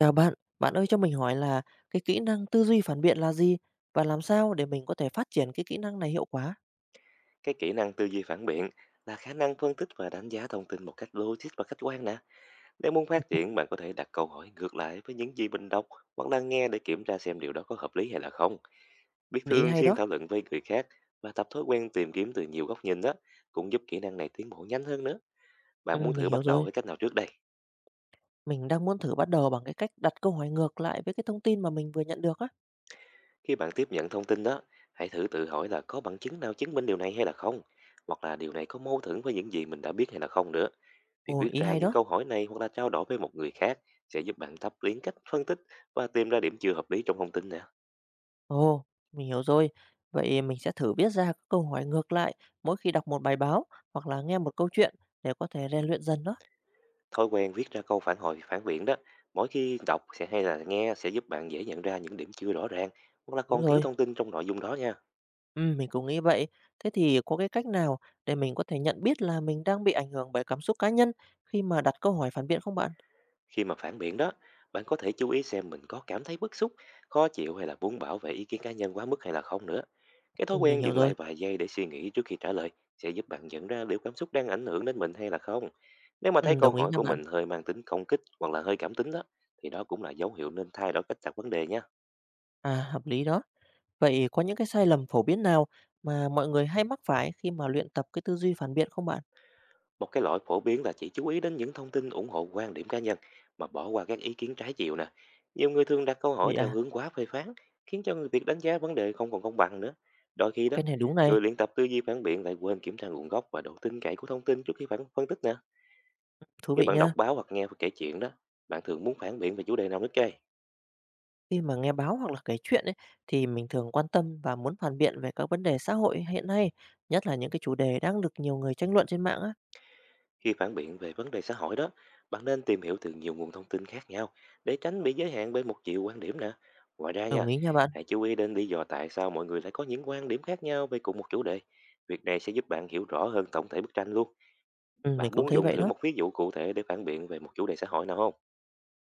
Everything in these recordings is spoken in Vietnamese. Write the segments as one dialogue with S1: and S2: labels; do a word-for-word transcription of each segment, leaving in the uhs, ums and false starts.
S1: Chào bạn, bạn ơi cho mình hỏi là cái kỹ năng tư duy phản biện là gì và làm sao để mình có thể phát triển cái kỹ năng này hiệu quả?
S2: Cái kỹ năng tư duy phản biện là khả năng phân tích và đánh giá thông tin một cách logic và khách quan nè. Nếu muốn phát triển, bạn có thể đặt câu hỏi ngược lại với những gì mình đọc hoặc là nghe, để kiểm tra xem điều đó có hợp lý hay là không. Biết
S1: Mình ý
S2: thường
S1: hay
S2: xuyên
S1: đó.
S2: thảo luận với người khác và tập thói quen tìm kiếm từ nhiều góc nhìn đó cũng giúp kỹ năng này tiến bộ nhanh hơn nữa.
S1: Ừ,
S2: Bạn muốn
S1: mình
S2: thử
S1: hiểu
S2: bắt đầu
S1: rồi.
S2: với cách nào trước đây?
S1: Mình đang muốn thử bắt đầu bằng cái cách đặt câu hỏi ngược lại với cái thông tin mà mình vừa nhận được á.
S2: Khi bạn tiếp nhận thông tin đó, hãy thử tự hỏi là có bằng chứng nào chứng minh điều này hay là không, hoặc là điều này có mâu thuẫn với những gì mình đã biết hay là không nữa. Việc
S1: Ồ,
S2: viết
S1: ý
S2: ra
S1: hay
S2: những
S1: đó.
S2: câu hỏi này hoặc là trao đổi với một người khác sẽ giúp bạn thắp liến cách phân tích và tìm ra điểm chưa hợp lý trong thông tin nè.
S1: Ồ, mình hiểu rồi. Vậy mình sẽ thử viết ra các câu hỏi ngược lại mỗi khi đọc một bài báo hoặc là nghe một câu chuyện để có thể rèn luyện dần đó.
S2: Thói quen viết ra câu phản hồi phản biện đó, mỗi khi đọc sẽ hay là nghe, sẽ giúp bạn dễ nhận ra những điểm chưa rõ ràng hoặc là
S1: Đúng
S2: còn thiếu
S1: rồi.
S2: thông tin trong nội dung đó nha.
S1: Ừm, mình cũng nghĩ vậy. Thế thì có cái cách nào để mình có thể nhận biết là mình đang bị ảnh hưởng bởi cảm xúc cá nhân khi mà đặt câu hỏi phản biện không bạn?
S2: Khi mà phản biện đó, bạn có thể chú ý xem mình có cảm thấy bức xúc, khó chịu hay là muốn bảo vệ ý kiến cá nhân quá mức hay là không nữa. Cái thói
S1: Ừm, mình
S2: quen
S1: hiểu
S2: dừng
S1: rồi.
S2: lại vài giây để suy nghĩ trước khi trả lời sẽ giúp bạn nhận ra liệu cảm xúc đang ảnh hưởng đến mình hay là không. Nếu mà thấy
S1: Ừm,
S2: câu
S1: đồng ý
S2: hỏi
S1: nha
S2: của
S1: bạn.
S2: mình hơi mang tính công kích hoặc là hơi cảm tính đó, thì đó cũng là dấu hiệu nên thay đổi cách đặt vấn đề nha.
S1: À, hợp lý đó. Vậy có những cái sai lầm phổ biến nào mà mọi người hay mắc phải khi mà luyện tập cái tư duy phản biện không bạn?
S2: Một cái lỗi phổ biến là chỉ chú ý đến những thông tin ủng hộ quan điểm cá nhân mà bỏ qua các ý kiến trái chiều nè. Nhiều người thường đặt câu hỏi
S1: Vậy
S2: theo
S1: à,
S2: hướng quá phê phán, khiến cho người việc đánh giá vấn đề không còn công bằng nữa. Đôi khi đó,
S1: cái này đúng này,
S2: người luyện tập tư duy phản biện lại quên kiểm tra nguồn gốc và độ tin cậy của thông tin trước khi phản phân tích nè.
S1: thú
S2: Khi
S1: vị
S2: bạn đọc
S1: nha.
S2: báo hoặc nghe kể chuyện đó, bạn thường muốn phản biện về chủ đề nào nhất kê?
S1: Khi mà nghe báo hoặc là kể chuyện ấy, thì mình thường quan tâm và muốn phản biện về các vấn đề xã hội hiện nay, nhất là những cái chủ đề đang được nhiều người tranh luận trên mạng á.
S2: Khi phản biện về vấn đề xã hội đó, bạn nên tìm hiểu từ nhiều nguồn thông tin khác nhau để tránh bị giới hạn bởi một chiều quan điểm nè. Ngoài ra
S1: Đồng
S2: nha,
S1: ý nha bạn.
S2: hãy chú ý đến lý do tại sao mọi người lại có những quan điểm khác nhau về cùng một chủ đề. Việc này sẽ giúp bạn hiểu rõ hơn tổng thể bức tranh luôn.
S1: Ừm, mình
S2: Bạn
S1: cũng
S2: muốn
S1: thấy
S2: dùng
S1: vậy
S2: thử
S1: đó.
S2: một ví dụ cụ thể để phản biện về một chủ đề xã hội nào không?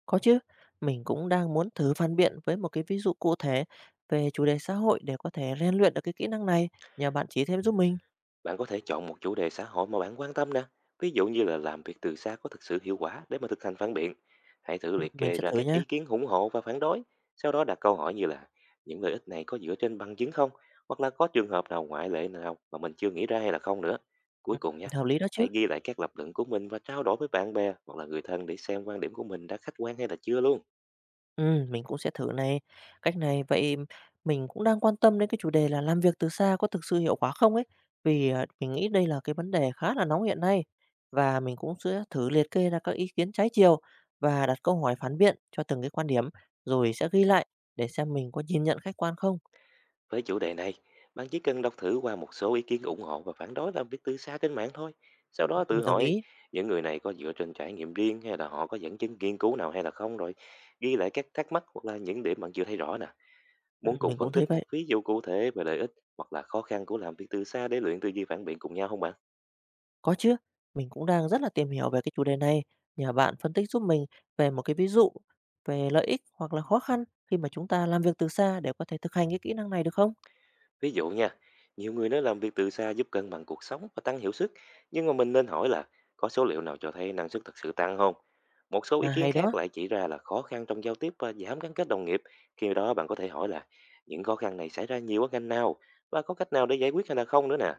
S1: Có chứ, mình cũng đang muốn thử phản biện với một cái ví dụ cụ thể về chủ đề xã hội để có thể rèn luyện được cái kỹ năng này. Nhờ bạn chỉ thêm giúp mình.
S2: Bạn có thể chọn một chủ đề xã hội mà bạn quan tâm nè. Ví dụ như là làm việc từ xa có thực sự hiệu quả, để mà thực hành phản biện. Hãy thử
S1: Ừ,
S2: liệt
S1: mình
S2: kê
S1: sẽ
S2: ra
S1: thử
S2: các
S1: nha.
S2: ý kiến ủng hộ và phản đối. Sau đó đặt câu hỏi như là những lợi ích này có dựa trên bằng chứng không? Hoặc là có trường hợp nào ngoại lệ nào mà mình chưa nghĩ ra hay là không nữa. Cuối
S1: Ừ,
S2: cùng nha,
S1: hợp lý đó chứ.
S2: hãy ghi lại các lập luận của mình và trao đổi với bạn bè hoặc là người thân để xem quan điểm của mình đã khách quan hay là chưa luôn.
S1: Ừ, mình cũng sẽ thử này. Cách này vậy mình cũng đang quan tâm đến cái chủ đề là làm việc từ xa có thực sự hiệu quả không ấy. Vì à, mình nghĩ đây là cái vấn đề khá là nóng hiện nay. Và mình cũng sẽ thử liệt kê ra các ý kiến trái chiều và đặt câu hỏi phản biện cho từng cái quan điểm rồi sẽ ghi lại để xem mình có nhìn nhận khách quan không.
S2: Với chủ đề này, bạn chỉ cần đọc thử qua một số ý kiến ủng hộ và phản đối làm việc từ xa trên mạng thôi. Sau đó
S1: Ừ,
S2: tự
S1: đồng
S2: hỏi
S1: ý.
S2: những người này có dựa trên trải nghiệm riêng, hay là họ có dẫn chứng nghiên cứu nào hay là không, rồi ghi lại các thắc mắc hoặc là những điểm bạn chưa thấy rõ nè. Muốn
S1: Ừm,
S2: cùng
S1: mình
S2: phân
S1: cũng thấy
S2: tích một
S1: vậy.
S2: ví dụ cụ thể về lợi ích hoặc là khó khăn của làm việc từ xa để luyện tư duy phản biện cùng nhau không bạn?
S1: Có chứ, mình cũng đang rất là tìm hiểu về cái chủ đề này. Nhờ bạn phân tích giúp mình về một cái ví dụ về lợi ích hoặc là khó khăn khi mà chúng ta làm việc từ xa để có thể thực hành cái kỹ năng này được không?
S2: Ví dụ nha, nhiều người nói làm việc từ xa giúp cân bằng cuộc sống và tăng hiệu suất, nhưng mà mình nên hỏi là có số liệu nào cho thấy năng suất thực sự tăng không? Một số ý
S1: À,
S2: kiến
S1: hay đó.
S2: khác lại chỉ ra là khó khăn trong giao tiếp và giảm gắn kết đồng nghiệp. Khi đó bạn có thể hỏi là những khó khăn này xảy ra nhiều ở ngành nào, và có cách nào để giải quyết hay là không nữa nè.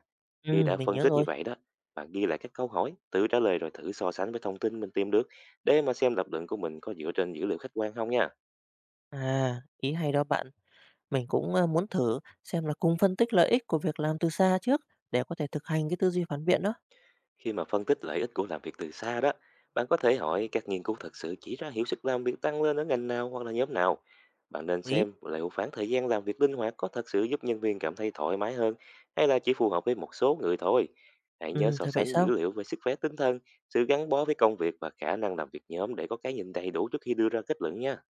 S2: Khi
S1: Ừm,
S2: đã
S1: mình
S2: phân
S1: nhớ
S2: tích như
S1: rồi.
S2: vậy đó, bạn ghi lại các câu hỏi, tự trả lời, rồi thử so sánh với thông tin mình tìm được để mà xem lập luận của mình có dựa trên dữ liệu khách quan không nha.
S1: À, ý hay đó bạn. Mình cũng ờ, muốn thử xem là cùng phân tích lợi ích của việc làm từ xa trước để có thể thực hành cái tư duy phản biện đó.
S2: Khi mà phân tích lợi ích của làm việc từ xa đó, bạn có thể hỏi các nghiên cứu thật sự chỉ ra hiệu suất làm việc tăng lên ở ngành nào hoặc là nhóm nào. Bạn nên
S1: Ý.
S2: xem liệu khoảng thời gian làm việc linh hoạt có thật sự giúp nhân viên cảm thấy thoải mái hơn, hay là chỉ phù hợp với một số người thôi. Hãy nhớ
S1: Ừ,
S2: so
S1: thật vậy
S2: sánh dữ
S1: sao?
S2: liệu về sức khỏe tinh thần, sự gắn bó với công việc và khả năng làm việc nhóm để có cái nhìn đầy đủ trước khi đưa ra kết luận nha.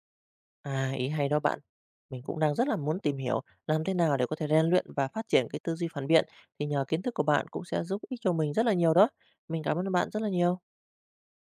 S1: À, ý hay đó bạn. Mình cũng đang rất là muốn tìm hiểu làm thế nào để có thể rèn luyện và phát triển cái tư duy phản biện thì nhờ kiến thức của bạn cũng sẽ giúp ích cho mình rất là nhiều đó. Mình cảm ơn bạn rất là nhiều.